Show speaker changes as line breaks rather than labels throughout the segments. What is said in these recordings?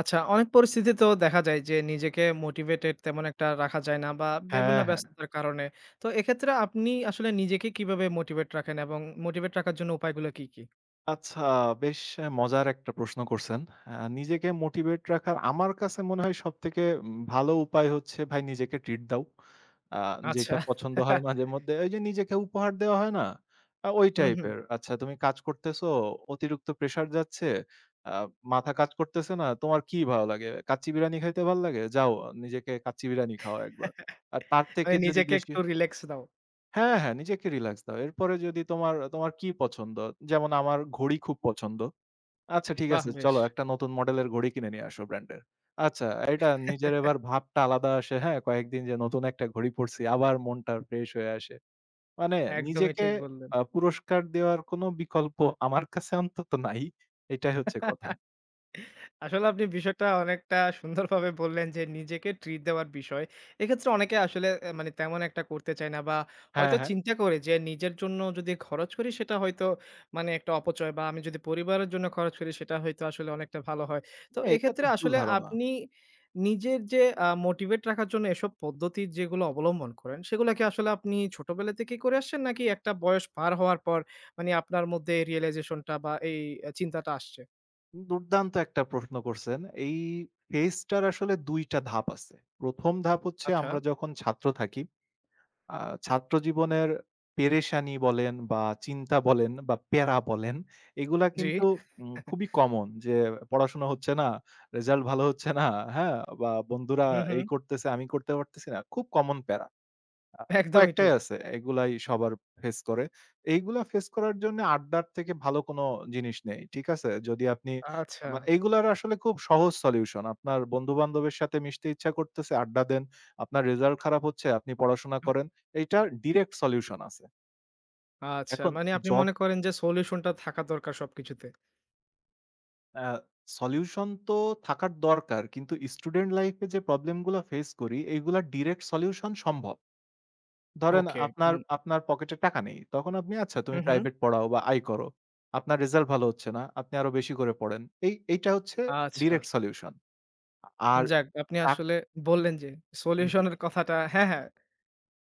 আচ্ছা, অনেক পরিস্থিতিতেও দেখা যায় যে নিজেকে মোটিভেটেড তেমন একটা রাখা যায় না বা বিভিন্ন
হ্যাঁ, হ্যাঁ।
ব্যস্ততার কারণে। তো এক্ষেত্রে আপনি আসলে নিজেকে কিভাবে মোটিভেট রাখেন এবং মোটিভেট রাখার জন্য উপায়গুলো কি, কি?
আচ্ছা বেশ মজার একটা প্রশ্ন করছেন। নিজেকে মোটিভেট রাখার আমার কাছে মনে হয় সবথেকে ভালো উপায় হচ্ছে ভাই নিজেকে ট্রিট দাও। আ
আচ্ছা।
যেটা পছন্দ হয় মাঝেমধ্যে ওই যে নিজেকে উপহার দেওয়া হয় না? ওই
হুম, হুম।
টাইপের। আচ্ছা তুমি কাজ করতেছো, অতিরিক্ত প্রেশার যাচ্ছে, আ মাথা কাজ করতেছে না, তোমার কি ভালো লাগে? কাচ্চি বিরানি খাইতে ভাল লাগে? যাও নিজেকে কাচ্চি বিরানি খাও একবার। আর তার থেকে
মানে
যদি
নিজেকে
বেশি
একটু রিল্যাক্স দাও।
হ্যাঁ, হ্যাঁ, নিজেকে রিল্যাক্স দাও। এরপরে যদি তোমার কি পছন্দ? যেমন আমার ঘড়ি খুব পছন্দ। আচ্ছা ঠিক
বাহ!
আছে
বেশ।
চলো একটা নতুন মডেলের ঘড়ি কিনে নিয়ে আসো ব্র্যান্ডের। আচ্ছা এটা নিজের এবার ভাবটা আলাদা আসে হ্যাঁ, কয়েকদিন যে নতুন একটা ঘড়ি পড়ছি আবার মনটা ফ্রেশ হয়ে আসে। মানে
একদমই
নিজেকে
ঠিক বললেন।
পুরস্কার দেওয়ার কোনো বিকল্প আমার কাছে অন্তত নাই। এটাই হচ্ছে কথা।
আসলে আপনি বিষয়টা অনেকটা সুন্দরভাবে বললেন যে নিজেকে ট্রিট দেওয়ার বিষয়। এক্ষেত্রে অনেকে আসলে মানে তেমন একটা করতে চায় না বা
হ্যাঁ,
হয়তো
হ্যাঁ,
চিন্তা করে যে নিজের জন্য যদি খরচ করি সেটা হয়তো মানে একটা অপচয় বা আমি যদি পরিবারের জন্য খরচ করি সেটা হয়তো আসলে অনেকটা ভালো হয়। তো
মানে এটা
এক্ষেত্রে
তো ভুল
আসলে
ধারণা।
আপনি নিজের যে মোটিভেট রাখার জন্য এসব পদ্ধতি যেগুলো অবলম্বন করেন সেগুলা কি আসলে আপনি ছোটবেলা থেকেই করে আসছেন নাকি একটা বয়স পার হওয়ার পর মানে আপনার মধ্যে এই রিয়ালাইজেশনটা বা এই চিন্তাটা আসছে?
দুর্দান্ত একটা প্রশ্ন করছেন। এই ফেজটার আসলে ২ টা ধাপ আছে। ১ম ধাপ হচ্ছে
আচ্ছা,
আমরা যখন ছাত্র থাকি, আ ছাত্র জীবনের পেরেশানি বলেন বা চিন্তা বলেন বা প্যারা বলেন, এগুলা
জি।
কিন্তু খুবই কমন যে পড়াশোনা হচ্ছে না, রেজাল্ট ভালো হচ্ছে না, হ্যাঁ? বা বন্ধুরা
হুম, হুম।
এই করতেছে, আমি করতে পারতেছি না। খুব কমন প্যারা। আ
একদমই
কয়েকটাই
ঠিক।
আছে। এগুলাই সবার ফেস করে। এইগুলা ফেস করার জন্য আড্ডার থেকে ভালো কোনো জিনিস নেই। ঠিক আছে? যদি আপনি
আচ্ছা,
আমার এইগুলার আসলে খুব সহজ সলিউশন। আপনার বন্ধু-বান্ধবের সাথে মিশতে ইচ্ছা করতেছে, আড্ডা দেন। আপনার রেজাল্ট খারাপ হচ্ছে, আপনি পড়াশোনা করেন। এইটার ডিরেক্ট সলিউশন আছে।
আচ্ছা।
এখন
মানে আপনি
জব
মনে করেন যে সলিউশনটা থাকা দরকার সবকিছুতে।
আ সলিউশন তো থাকার দরকার। কিন্তু স্টুডেন্ট লাইফ এ যে প্রবলেম গুলা ফেস করি, এইগুলার ডিরেক্ট সলিউশন সম্ভব। ধরেন
ওকে।
আপনার
উম
আপনার পকেটে টাকা নেই। তখন আপনি আচ্ছা
হু,
তুমি
হুম।
প্রাইভেট পড়াও বা আয় করো। আপনার রেজাল্ট ভালো হচ্ছে না। আপনি আরো বেশি করে পড়েন। এইটা হচ্ছে
আচ্ছা।
Direct solution. আর
যাক আপনি
চাক
আসলে বললেন যে
জি।
সলিউশন এর কথাটা হ্যাঁ, হ্যাঁ।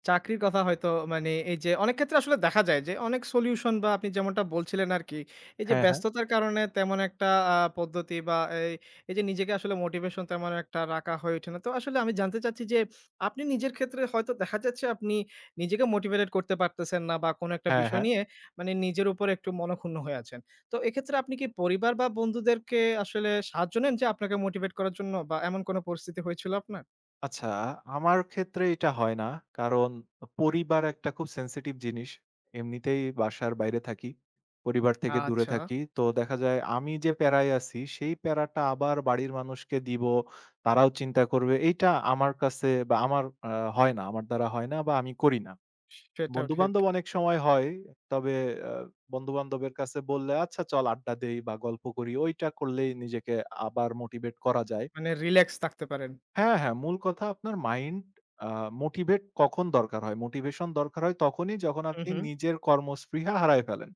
চাকরির কথা হয়তো মানে এই যে অনেক ক্ষেত্রে আসলে দেখা যায় যে অনেক সলিউশন বা আপনি যেমনটা বলছিলেন আরকি, এই যে
হ্যাঁ, হ্যাঁ।
ব্যস্ততার কারণে তেমন একটা পদ্ধতি বা এই যে নিজেকে আসলে মোটিভেশন তেমন একটা রাখা হয়ে ওঠে না। তো আসলে আমি জানতে চাচ্ছি যে আপনি নিজের ক্ষেত্রে হয়তো দেখা যাচ্ছে আপনি নিজেকে মোটিভেটেড করতে পারতেছেন না বা কোনো একটা
হ্যাঁ,
বিষয়
হ্যাঁ।
নিয়ে মানে নিজের উপর একটু মনক্ষুণ্ণ হয়ে আছেন। তো এক্ষেত্রে আপনি কি পরিবার বা বন্ধুদেরকে আসলে সাহায্য নেন যে আপনাকে মোটিভেট করার জন্য বা এমন কোনো পরিস্থিতি হয়েছিল আপনার?
আচ্ছা, আমার ক্ষেত্রে এটা হয় না। কারণ পরিবার একটা খুব sensitive জিনিস। এমনিতেই বাসার বাইরে থাকি। পরিবার থেকে দূরে
আচ্ছা,
থাকি। তো দেখা যায় আমি যে প্যারায় আছি সেই প্যারাটা আবার বাড়ির মানুষকে দিব, তারাও চিন্তা করবে। এইটা আমার কাছে বা আমার আ হয় না। আমার দ্বারা হয় না বা আমি করি না।
সেটাও ঠিক।
বন্ধু-বান্ধব অনেক সময় হয়। তবে আ বন্ধু-বান্ধবের কাছে বললে, "আচ্ছা চল আড্ডা দেই বা গল্প করি।" ওইটা করলেই নিজেকে আবার মোটিভেট করা যায়।
মানে রিল্যাক্স থাকতে পারেন।
হ্যাঁ, হ্যাঁ। মূল কথা আপনার মাইন্ড আ মোটিভেট কখন দরকার হয়? মোটিভেশন দরকার হয় তখনই যখন
হু,
আপনি
হু।
নিজের কর্মস্পৃহা হারায় ফেলেন।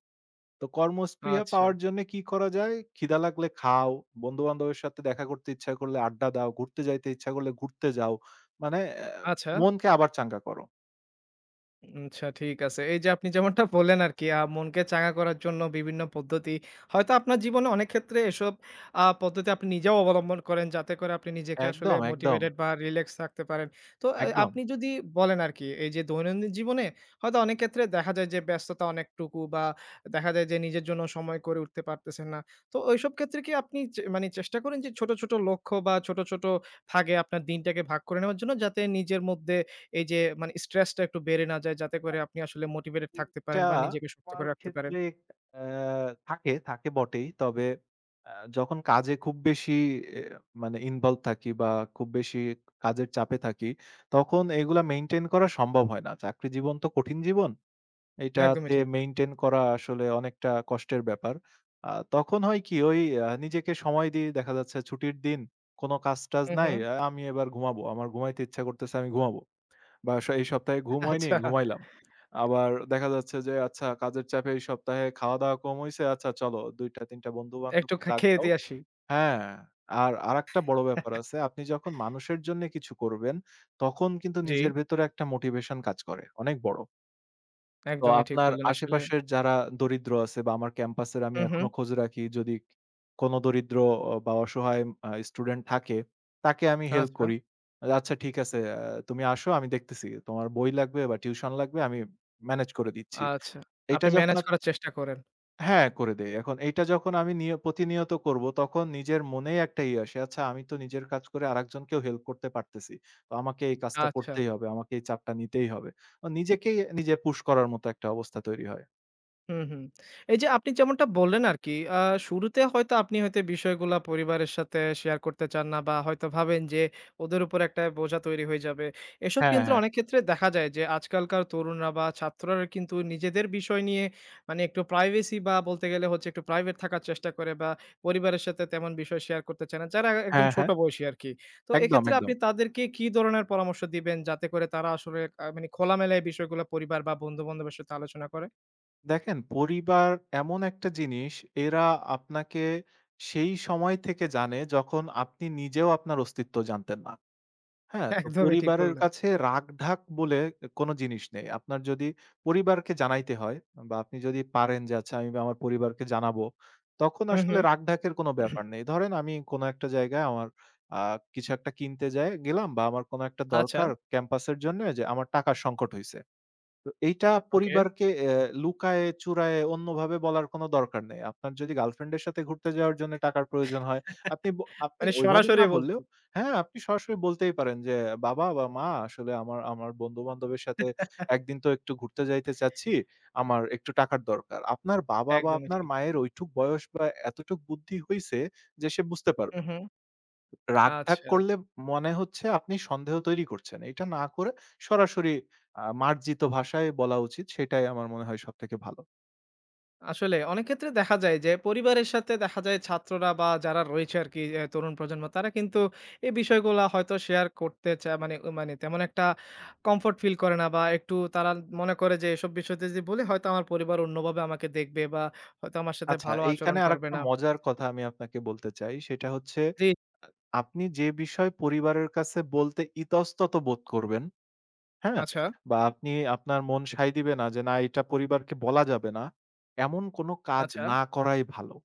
তো কর্মস্পৃহা
আচ্ছা,
পাওয়ার জন্যে কি করা যায়? খিদা লাগলে খাও, বন্ধু-বান্ধবের সাথে দেখা করতে ইচ্ছা করলে আড্ডা দাও, ঘুরতে যাইতে ইচ্ছা করলে ঘুরতে যাও। মানে
আচ্ছা।
মনকে আবার চাঙ্গা করো।
আচ্ছা ঠিক আছে। এই যে আপনি যেমনটা বললেন আরকি মনকে চাঙ্গা করার জন্য বিভিন্ন পদ্ধতি। হয়তো আপনার জীবনে অনেক ক্ষেত্রে এসব পদ্ধতি আপনি নিজেও অবলম্বন করেন যাতে করে আপনি নিজেকে আসলে
একদম, একদম,
মোটিভেটেড বা রিল্যাক্স রাখতে পারেন। তো
একদম।
আপনি যদি বলেন আরকি এই যে দৈনন্দিন জীবনে হয়তো অনেক ক্ষেত্রে দেখা যায় যে ব্যস্ততা অনেকটুকু বা দেখা যায় যে নিজের জন্য সময় করে উঠতে পারতেছেন না। তো ওইসব ক্ষেত্রে কি আপনি মানে চেষ্টা করেন যে ছোট, ছোট লক্ষ্য বা ছোট, ছোট ভাগে আপনার দিনটাকে ভাগ করে নেওয়ার জন্য যাতে নিজের মধ্যে এই যে মানে স্ট্রেসটা একটু বেড়ে না যায় যাতে করে আপনি আসলে মোটিভেটেড থাকতে
এটা
পারেন বা নিজেকে শক্ত
আমার
করে রাখতে পারেন।
ক্ষেত্রে আ থাকে, থাকে বটেই। তবে আ যখন কাজে খুব বেশি এ মানে ইনভলভ থাকি বা খুব বেশি কাজের চাপে থাকি, তখন এগুলা মেইনটেইন করা সম্ভব হয় না। চাকরি জীবন তো কঠিন জীবন।
একদমই
এটাতে
ঠিক।
মেইনটেইন করা আসলে অনেকটা কষ্টের ব্যাপার। তখন হয় কি ওই নিজেকে সময় দিয়ে দেখা যাচ্ছে ছুটির দিন, কোনো কাজ-টাজ
হুম,
নাই।
হুম।
আমি এবার ঘুমাবো। আমার ঘুমাইতে ইচ্ছা করতেছে, আমি ঘুমাবো। বা এই সপ্তাহে ঘুম হয়নি,
আচ্ছা
ঘুমাইলাম। আবার দেখা যাচ্ছে যে আচ্ছা কাজের চাপে এই সপ্তাহে খাওয়া-দাওয়া কম হইছে। আচ্ছা চলো ২ টা ৩ টা
একটু
বন্ধু-বান্ধবকে ডাক
খেয়ে
দাও।
দিয়ে আসি।
হ্যাঁ, আর আরেকটা বড় ব্যাপার আছে। আপনি যখন মানুষের জন্য কিছু করবেন, তখন কিন্তু
জি,
নিজের ভেতরে একটা মোটিভেশন কাজ করে। অনেক বড়। তো
একদমই ঠিক
আপনার
বললেন আসলে।
আশেপাশের যারা দরিদ্র আছে বা আমার ক্যাম্পাসের আমি
হুম, হুম।
এখনো খোঁজ রাখি। যদি কোনো দরিদ্র বা অসহায় স্টুডেন্ট থাকে, তাকে আমি হেল্প
আচ্ছা,
করি। আচ্ছা ঠিক আছে তুমি আসো আমি দেখতেছি। তোমার বই লাগবে বা টিউশন লাগবে আমি ম্যানেজ করে দিচ্ছি।
আচ্ছা।
এইটা
আপনি
যখন
ম্যানেজ
আপ
করার চেষ্টা করেন।
হ্যাঁ, করে দেই। এখন এইটা যখন আমি প্রতিনিয়ত করব তখন নিজের মনেই একটা ইয়ে আসে। আচ্ছা আমি তো নিজের কাজ করে আরেকজনকেও হেল্প করতে পারতেছি। তো আমাকে এই কাজটা
আচ্ছা।
করতেই হবে। আমাকে এই চাপটা নিতেই হবে। তো নিজেকেই নিজে পুশ করার মতো একটা অবস্থা তৈরি হয়।
হুম, হুম। এই যে আপনি যেমনটা বললেন আরকি, আ শুরুতে হয়তো আপনি হয়তো বিষয়গুলা পরিবারের সাথে শেয়ার করতে চান না বা হয়তো ভাবেন যে ওদের উপর একটা বোঝা তৈরি হয়ে যাবে। এসব
হ্যাঁ,
কিন্তু
হ্যাঁ।
অনেক ক্ষেত্রে দেখা যায় যে আজকালকার তরুণরা বা ছাত্ররা কিন্তু নিজেদের বিষয় নিয়ে মানে একটু প্রাইভেসি বা বলতে গেলে হচ্ছে একটু প্রাইভেট থাকার চেষ্টা করে বা পরিবারের সাথে তেমন বিষয় শেয়ার করতে চায় না। যারা একদম
হ্যাঁ,
ছোট
হ্যাঁ।
বয়সী আরকি। তো
একদম,
এক্ষেত্রে আপনি
একদম।
তাদেরকে কি ধরনের পরামর্শ দিবেন যাতে করে তারা আসলে মানে খোলামেলা এই বিষয়গুলো পরিবার বা বন্ধু-বান্ধবের সাথে আলোচনা করে?
দেখেন পরিবার এমন একটা জিনিস এরা আপনাকে সেই সময় থেকে জানে যখন আপনি নিজেও আপনার অস্তিত্ব জানতেন না। হ্যাঁ? তো
একদমই ঠিক
পরিবারের
বললেন।
কাছে রাখঢাক বলে কোনো জিনিস নেই। আপনার যদি পরিবারকে জানাইতে হয় বা আপনি যদি পারেন যে আচ্ছা আমি আমার পরিবারকে জানাবো, তখন
হুম,
আসলে
হুম।
রাখঢাকের কোনো ব্যাপার নেই। ধরেন আমি কোনো একটা জায়গায় আমার আ কিছু একটা কিনতে যাই গেলাম বা আমার কোনো একটা
আচ্ছা,
দরকার ক্যাম্পাসের জন্যে যে আমার টাকার সংকট হইছে। তো এইটা
ওকে।
পরিবারকে লুকায়ে চুরায়ে অন্যভাবে বলার কোনো দরকার নেই। আপনার যদি গার্লফ্রেন্ডের সাথে ঘুরতে যাওয়ার জন্য টাকার প্রয়োজন হয়, আপনি ব আপনি
মানে
ওইভাবে না
সরাসরি
বললেও
বলছি।
হ্যাঁ, আপনি সরাসরি বলতেই পারেন যে, "বাবা বা মা আসলে আমার আমার বন্ধু-বান্ধবের সাথে একদিন তো একটু ঘুরতে যাইতে চাচ্ছি। আমার একটু টাকার দরকার।" আপনার বাবা বা
একদমই
আপনার
ঠিক।
মায়ের ওইটুক বয়স বা এতটুক বুদ্ধি হইছে যে সে বুঝতে পারবে।
হুম, হুম।
রাগ-ঢাগ
আচ্ছা।
করলে মনে হচ্ছে আপনি সন্দেহ তৈরি করছেন। এটা না করে সরাসরি মার্জিত ভাষায় বলা উচিত। সেটাই আমার মনে হয় সবথেকে ভালো।
আসলে অনেক ক্ষেত্রে দেখা যায় যে পরিবারের সাথে দেখা যায় ছাত্ররা বা যারা রয়েছে আরকি তরুণ প্রজন্ম তারা কিন্তু এই বিষয়গুলা হয়তো শেয়ার করতে চায় মানে তেমন একটা কমফোর্ট ফিল করে না বা একটু তারা মনে করে যে এসব বিষয়তে যদি বলি হয়তো আমার পরিবার অন্যভাবে আমাকে দেখবে বা হয়তো আমার সাথে
আচ্ছা
ভালো আচরণ
এইখানে
করবে
আরেকটা
না।
মজার কথা আমি আপনাকে বলতে চাই। সেটা হচ্ছে
জি,
আ আপনি যে বিষয় পরিবারের কাছে বলতে ইতস্তত বোধ করবেন, হ্যাঁ?
আচ্ছা,
বা আপনি আপনার মন সায় দিবে না যে না এটা পরিবারকে বলা যাবে না। এমন কোনো কাজ
আচ্ছা।
না করাই ভালো।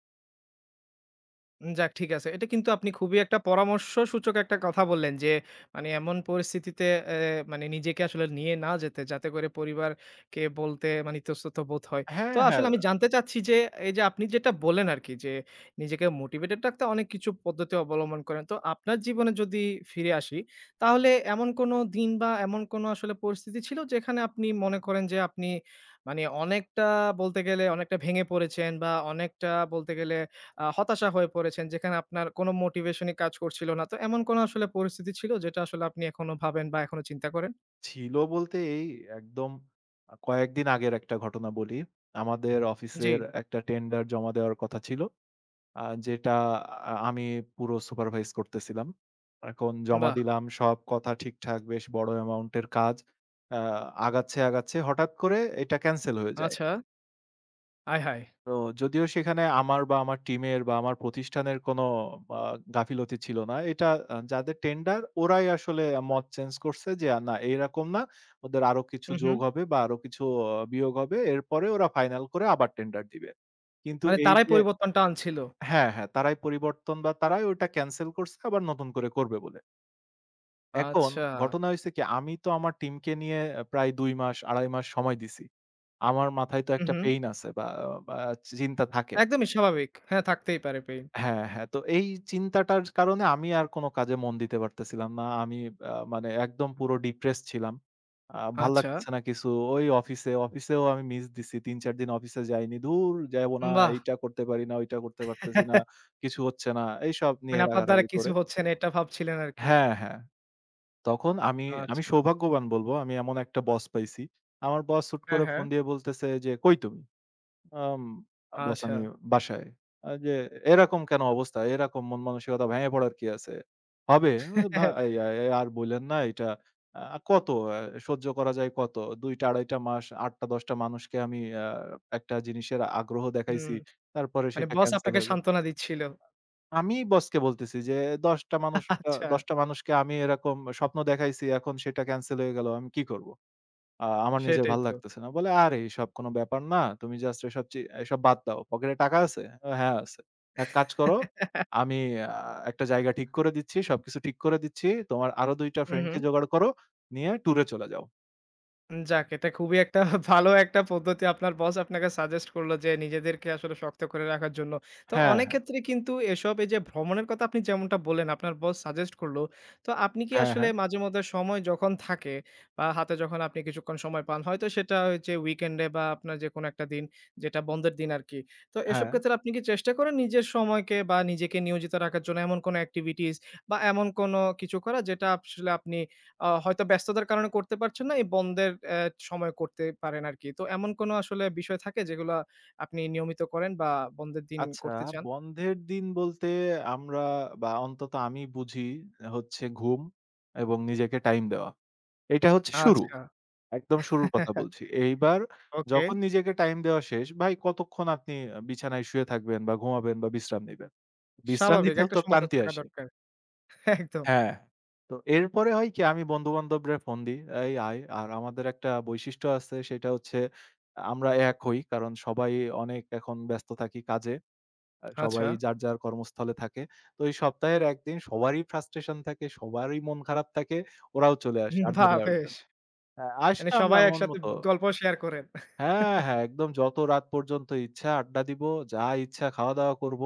যাক ঠিক আছে। এটা কিন্তু আপনি খুবই একটা পরামর্শ সূচক একটা কথা বললেন যে, মানে এমন পরিস্থিতিতে এ মানে নিজেকে আসলে নিয়ে না যেতে, যাতে করে পরিবারকে বলতে মানে ইতস্তত বোধ হয়। তো
হ্যাঁ,
আসলে
হ্যাঁ।
আমি জানতে চাচ্ছি যে, এই যে আপনি যেটা বললেন আরকি যে, নিজেকে মোটিভেটেড রাখতে অনেক কিছু পদ্ধতি অবলম্বন করেন। তো আপনার জীবনে যদি ফিরে আসি, তাহলে এমন কোনো দিন বা এমন কোনো আসলে পরিস্থিতি ছিল যেখানে আপনি মনে করেন যে আপনি মানে অনেকটা বলতে গেলে অনেকটা ভেঙে পড়েছেন বা অনেকটা বলতে গেলে হতাশা হয়ে পড়েছেন, যেখানে আপনার কোনো মোটিভেশনই কাজ করছিল না। তো এমন কোনো আসলে পরিস্থিতি ছিল যেটা আসলে আপনি এখনো ভাবেন বা এখনো চিন্তা করেন?
ছিল বলতে এই একদম কয়েকদিন আগের একটা ঘটনা বলি। আমাদের
জি,
অফিসের একটা টেন্ডার জমা দেওয়ার কথা ছিল। আ যেটা আমি পুরো সুপারভাইজ করতেছিলাম। এখন জমা
বাহ!
দিলাম, সব কথা ঠিকঠাক, বেশ বড় অ্যামাউন্ট এর কাজ। আ আগাচ্ছে, আগাচ্ছে। হঠাৎ করে এটা ক্যানসেল হয়ে যায়।
আচ্ছা। আয়হায়!
তো যদিও সেখানে আমার বা আমার টিমের বা আমার প্রতিষ্ঠানের কোনো আ গাফিলতি ছিল না। এটা যাদের টেন্ডার ওরাই আসলে মত চেঞ্জ করছে যে না এরকম না। ওদের আরো কিছু
হু, হু।
যোগ হবে বা আরো কিছু বিয়োগ হবে। এরপরে ওরা ফাইনাল করে আবার টেন্ডার দিবে। কিন্তু
মানে
এই
তারাই
যে
পরিবর্তনটা আনছিল।
হ্যাঁ, হ্যাঁ তারাই পরিবর্তন বা তারাই ওটা ক্যানসেল করছে আবার নতুন করে করবে বলে। এখন
আচ্ছা।
ঘটনা হইছে কি আমি তো আমার টিমকে নিয়ে প্রায় ২ মাস ২.৫ মাস সময় দিছি। আমার মাথায় তো
হু,
একটা
হু।
পেইন আছে বা বা চিন্তা থাকে।
একদমই স্বাভাবিক। হ্যাঁ, থাকতেই পারে পেইন।
হ্যাঁ, হ্যাঁ। তো এই চিন্তাটার কারণে আমি আর কোন কাজে মন দিতে পারতেছিলাম না। আমি মানে একদম পুরো ডিপ্রেসড ছিলাম। ভাল
আচ্ছা।
লাগতেছে না কিছু। অফিসেও আমি মিস দিছি। ৩-৪ দিন অফিসে যাইনি। ধুর যাইব না,
বাহ!
এইটা করতে পারি না, ওইটা করতে পারতেছি না, কিছু হচ্ছে না। এইসব
মানে
নিয়ে
আপনার দ্বারা
রাগারাগি
কিছু
করে
হচ্ছে না এটা ভাবছিলেন আরকি।
হ্যাঁ, হ্যাঁ। তখন আমি
আচ্ছা।
সৌভাগ্যবান বলব আমি এমন একটা বস পাইছি। আমার বস হুট
হ্যাঁ,
করে
হ্যাঁ।
ফোন দিয়ে বলতেছে যে, "কই তুমি?" আম বস
আচ্ছা।
আমি বাসায়। যে এরকম কেন অবস্থা? এরকম মন মানসিকতা ভেঙে পড়ার কি আছে? হবে। ভাই আর বইলেন না এটা কত আ সহ্য করা যায় কত? ২ টা ২.৫ টা মাস ৮ টা ১০ টা মানুষকে আমি একটা জিনিসের আগ্রহ
হুম।
দেখাইছি। তারপরে
মানে
সেটা
বস
ক্যানসেল
আপনাকে
হয়ে গেল।
সান্ত্বনা দিচ্ছিল।
আমিই বসকে বলতেছি যে ১০ টা মানুষ আ
আচ্ছা।
১০ টা মানুষকে আমি এরকম স্বপ্ন দেখাইছি এখন সেটা ক্যানসেল হয়ে গেল। আমি কি করব? আমার নিজের
সেটাই
ভাল
তো।
লাগতেছে না। বলে, "আরে এসব কোনো ব্যাপার না। তুমি জাস্ট এসব বাদ দাও। পকেটে টাকা আছে?" "ও হ্যাঁ আছে।" "এক কাজ করো, আমি আ একটা জায়গা ঠিক করে দিচ্ছি, সবকিছু ঠিক করে দিচ্ছি। তোমার আরো ২ টা
হু, হু।
ফ্রেন্ডকে জোগাড় করো, নিয়ে ট্যুরে চলে যাও।"
যাক এটা খুবই একটা ভালো একটা পদ্ধতি আপনার বস আপনাকে সাজেস্ট করলো যে নিজেদেরকে আসলে শক্ত করে রাখার জন্য। তো
হ্যাঁ,
অনেক
হ্যাঁ।
ক্ষেত্রে কিন্তু এসব এই যে ভ্রমণের কথা আপনি যেমনটা বললেন আপনার বস সাজেস্ট করলো। তো আপনি কি
হ্যাঁ,
আসলে
হ্যাঁ।
মাঝেমধ্যে সময় যখন থাকে বা হাতে যখন আপনি কিছুক্ষণ সময় পান হয়তো সেটা হচ্ছে উইকেন্ডে বা আপনার যে কোনো একটা দিন যেটা বন্ধের দিন আরকি। তো এসব
হ্যাঁ।
ক্ষেত্রে আপনি কি চেষ্টা করেন নিজের সময়কে বা নিজেকে নিয়োজিত রাখার জন্য এমন কোনো এক্টিভিটিস বা এমন কোনো কিছু করা যেটা আসলে আপনি হয়তো ব্যস্ততার কারণে করতে পারছেন না। এই বন্ধের সময় করতে পারেন আরকি। তো এমন কোনো আসলে বিষয় থাকে যেগুলা আপনি নিয়মিত করেন বা বন্ধের দিন
আচ্ছা,
করতে চান?
বন্ধের দিন বলতে আমরা বা অন্তত আমি বুঝি হচ্ছে ঘুম এবং নিজেকে টাইম দেওয়া। এটা হচ্ছে শুরু।
আচ্ছা।
একদম শুরুর কথা বলছি। এইবার
ওকে।
যখন নিজেকে টাইম দেওয়া শেষ, ভাই কতক্ষণ আপনি বিছানায় শুয়ে থাকবেন বা ঘুমাবেন বা বিশ্রাম নিবেন? বিশ্রাম
স্বাভাবিক
নিতেও
একটা
তো
সময় তো
ক্লান্তি
থাকা
আসে।
দরকার। একদম।
হ্যাঁ। তো এরপরে হয় কি আমি বন্ধু-বান্ধবরে ফোন দিই, "এই আয়।" আর আমাদের একটা বৈশিষ্ট্য আছে সেটা হচ্ছে আমরা এক হই। কারণ সবাই অনেক এখন ব্যস্ত থাকি কাজে।
আচ্ছা।
সবাই যার, যার কর্মস্থলে থাকে। তো এই সপ্তাহের ১ দিন সবারই frustration থাকে, সবারই মন খারাপ থাকে। ওরাও চলে আসে আড্ডা
বাহ!
দেওয়ার
বেশ।
জন্য। হ্যাঁ, আসে
মানে
আমরা
সবাই
মন
একসাথে
মতো
গল্প শেয়ার করেন।
হ্যাঁ, হ্যাঁ, একদম যত রাত পর্যন্ত ইচ্ছা আড্ডা দিব, যা ইচ্ছা খাওয়া-দাওয়া করব।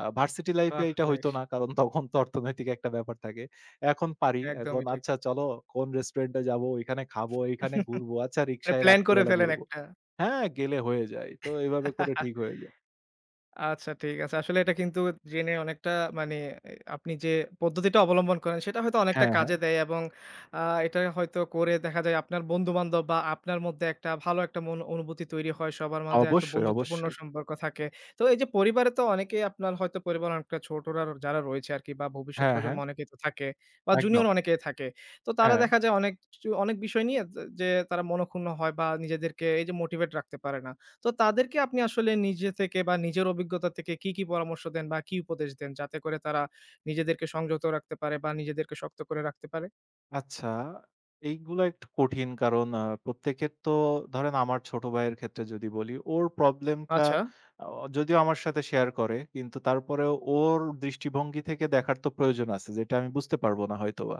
ভার্সিটি লাইফ এ
বাহ!
এটা হইতো
বেশ।
না। কারণ তখন তো অর্থনৈতিক একটা ব্যাপার থাকে। এখন পারি। এখন
একদমই ঠিক।
আচ্ছা চলো কোন রেস্টুরেন্টে যাব, ওইখানে খাবো, এইখানে ঘুরবো। আচ্ছা রিক্সায়
প্ল্যান করে
রাত্রিবেলা
ফেলেন
ঘুরবো।
একটা।
হ্যাঁ, গেলে হয়ে যায়। তো এভাবে করে ঠিক হয়ে যায়।
আচ্ছা ঠিক আছে। আসলে এটা কিন্তু জেনে অনেকটা মানে আপনি যে পদ্ধতিটা অবলম্বন করেন সেটা হয়তো অনেকটা
হ্যাঁ,
কাজে
হ্যাঁ।
দেয় এবং আ এটা হয়তো করে দেখা যায় আপনার বন্ধু-বান্ধব বা আপনার মধ্যে একটা ভালো একটা মন অনুভূতি তৈরি হয়। সবার মাঝে একটা
অবশ্যই,
বন্ধুত্বপূর্ণ
অবশ্যই।
সম্পর্ক থাকে। তো এই যে পরিবারে তো অনেকেই আপনার হয়তো পরিবারের অনেকটা ছোটরা যারা রয়েছে আরকি বা ভবিষ্যৎ
হ্যাঁ,
প্রজন্ম
হ্যাঁ।
অনেকেই তো থাকে বা
একদম।
জুনিয়র অনেকেই থাকে। তো তারা
হ্যাঁ।
দেখা যায় অনেক কিছু অনেক বিষয় নিয়ে যে তারা মনক্ষুণ্ণ হয় বা নিজেদেরকে এই যে মোটিভেট রাখতে পারে না। তো তাদেরকে আপনি আসলে নিজে থেকে বা নিজের অভিজ্ঞতা থেকে কি, কি পরামর্শ দেন বা কি উপদেশ দেন? যাতে করে তারা নিজেদেরকে সংযত রাখতে পারে বা নিজেদেরকে শক্ত করে রাখতে পারে?
আচ্ছা, এইগুলা একটু কঠিন কারণ প্রত্যেকের তো ধরেন আমার ছোট ভাইয়ের ক্ষেত্রে যদি বলি, ওর প্রবলেমটা
আচ্ছা,
আ যদিও আমার সাথে শেয়ার করে কিন্তু তারপরেও ওর দৃষ্টিভঙ্গি থেকে দেখার তো প্রয়োজন আছে যেটা আমি বুঝতে পারব না হয়তোবা।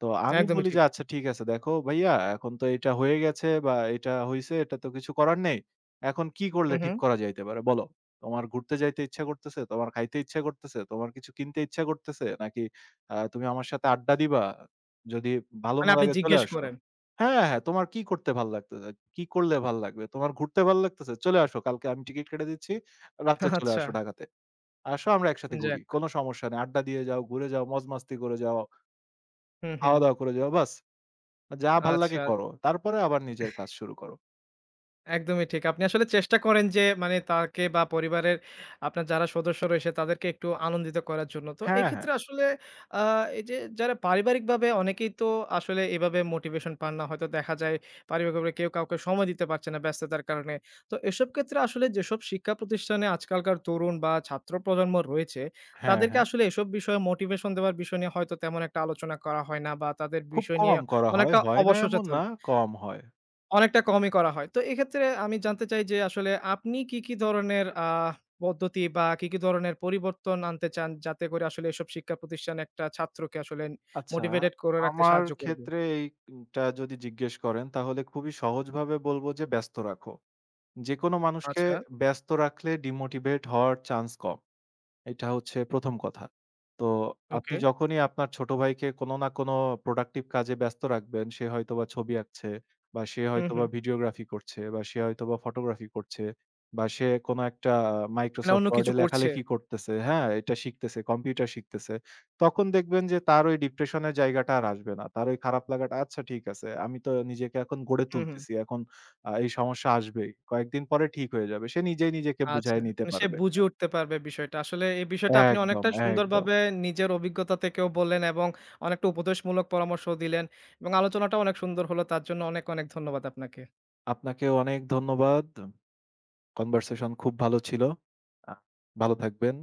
তো আমি
একদমই
বলি যে,
ঠিক।
"আচ্ছা ঠিক আছে দেখো ভাইয়া এখন তো এটা হয়ে গেছে বা এটা হইছে এটা তো কিছু করার নেই। এখন কি করলে
হু, হু।
ঠিক করা যাইতে পারে বলো? তোমার ঘুরতে যাইতে ইচ্ছা করতেছে? তোমার খাইতে ইচ্ছা করতেছে? তোমার কিছু কিনতে ইচ্ছা করতেছে? নাকি তুমি আমার সাথে আড্ডা দিবা? যদি ভালো
মানে
না
আপনি
লাগে চলে
জিজ্ঞেস
আসো।"
করেন।
হ্যাঁ, হ্যাঁ, "তোমার কি করতে ভাল লাগতেছে? কি করলে ভাল লাগবে? তোমার ঘুরতে ভাল লাগতেছে? চলে আসো। কালকে আমি টিকিট কেটে দিচ্ছি। রাত্রে চলে
আচ্ছা,
আসো ঢাকাতে। আসো আমরা একসাথে ঘুরি।
যাক।
কোনো সমস্যা নেই। আড্ডা দিয়ে যাও, ঘুরে যাও, মজমাস্তি করে যাও,
হু, হু।
খাওয়া-দাওয়া করে যাও। বাস।" যা
আচ্ছা।
ভাল্লাগে করো। তারপরে আবার নিজের কাজ শুরু করো।
একদমই ঠিক। আপনি আসলে চেষ্টা করেন যে মানে তাকে বা পরিবারের আপনার যারা সদস্য রয়েছে তাদেরকে একটু আনন্দিত করার জন্য। তো
হ্যাঁ, হ্যাঁ।
এক্ষেত্রে আসলে আ এই যে যারা পারিবারিকভাবে অনেকেই তো আসলে এভাবে মোটিভেশন পান না। হয়তো দেখা যায় পারিবারিকভাবে কেউ কাউকে সময় দিতে পারছে না ব্যস্ততার কারণে। তো এসব ক্ষেত্রে আসলে যেসব শিক্ষা প্রতিষ্ঠানে আজকালকার তরুণ বা ছাত্র প্রজন্ম রয়েছে,
হ্যাঁ,
তাদেরকে
হ্যাঁ।
আসলে এসব বিষয়ে মোটিভেশন দেওয়ার বিষয় নিয়ে হয়তো তেমন একটা আলোচনা করা হয় না বা তাদের
খুব
বিষয় নিয়ে
কম করা হয়।
অনেকটা
হয় না এমন
অবসচেতন।
না, কম হয়।
অনেকটা কমই করা হয়। তো এক্ষেত্রে আমি জানতে চাই যে আসলে আপনি কি, কি ধরনের পদ্ধতি বা কি, কি ধরনের পরিবর্তন আনতে চান যাতে করে আসলে এসব শিক্ষা প্রতিষ্ঠান একটা ছাত্রকে আসলে
আচ্ছা,
মোটিভেটেড করে রাখতে
আমার
সাহায্য করবে?
ক্ষেত্রে এইটা যদি জিজ্ঞেস করেন তাহলে খুবই সহজভাবে বলব যে ব্যস্ত রাখো। যেকোনো মানুষকে
আচ্ছা,
ব্যস্ত রাখলে ডিমোটিভেট হওয়ার চান্স কম। এটা হচ্ছে ১ম কথা। তো আপনি
ওকে।
যখনই আপনার ছোট ভাইকে কোনো না কোনো productive কাজে ব্যস্ত রাখবেন, সে হয়তোবা ছবি আঁকছে বা সে
হুম,
হয়তোবা
হুম।
ভিডিওগ্রাফি করছে বা সে হয়তোবা ফটোগ্রাফি করছে বা সে কোনো একটা
মানে
Microsoft
অন্য
Word
কিছু
এ
করছে।
লেখালেখি করতেছে, হ্যাঁ? এটা শিখতেছে, কম্পিউটার শিখতেছে। তখন দেখবেন যে তার ওই ডিপ্রেশন এর জায়গাটা আর আসবে না। তার ওই খারাপ লাগাটা, "আচ্ছা ঠিক আছে, আমি তো নিজেকে এখন গড়ে
হুম, হুম।
তুলতেছি। এখন এই সমস্যা আসবেই। কয়েকদিন পরে ঠিক হয়ে যাবে।" সে নিজেই নিজেকে
আচ্ছা।
বুঝায় নিতে
মানে সে
পারবে।
বুঝে উঠতে পারবে বিষয়টা। আসলে এই বিষয়টা আপনি
একদম,
অনেকটা
একদম।
সুন্দরভাবে নিজের অভিজ্ঞতা থেকেও বললেন এবং অনেকটা উপদেশমূলক পরামর্শও দিলেন এবং আলোচনাটাও অনেক সুন্দর হলো। তার জন্য অনেক, অনেক ধন্যবাদ আপনাকে।
আপনাকেও অনেক ধন্যবাদ। কনভারসেশন খুব ভালো ছিল। আ ভালো থাকবেন।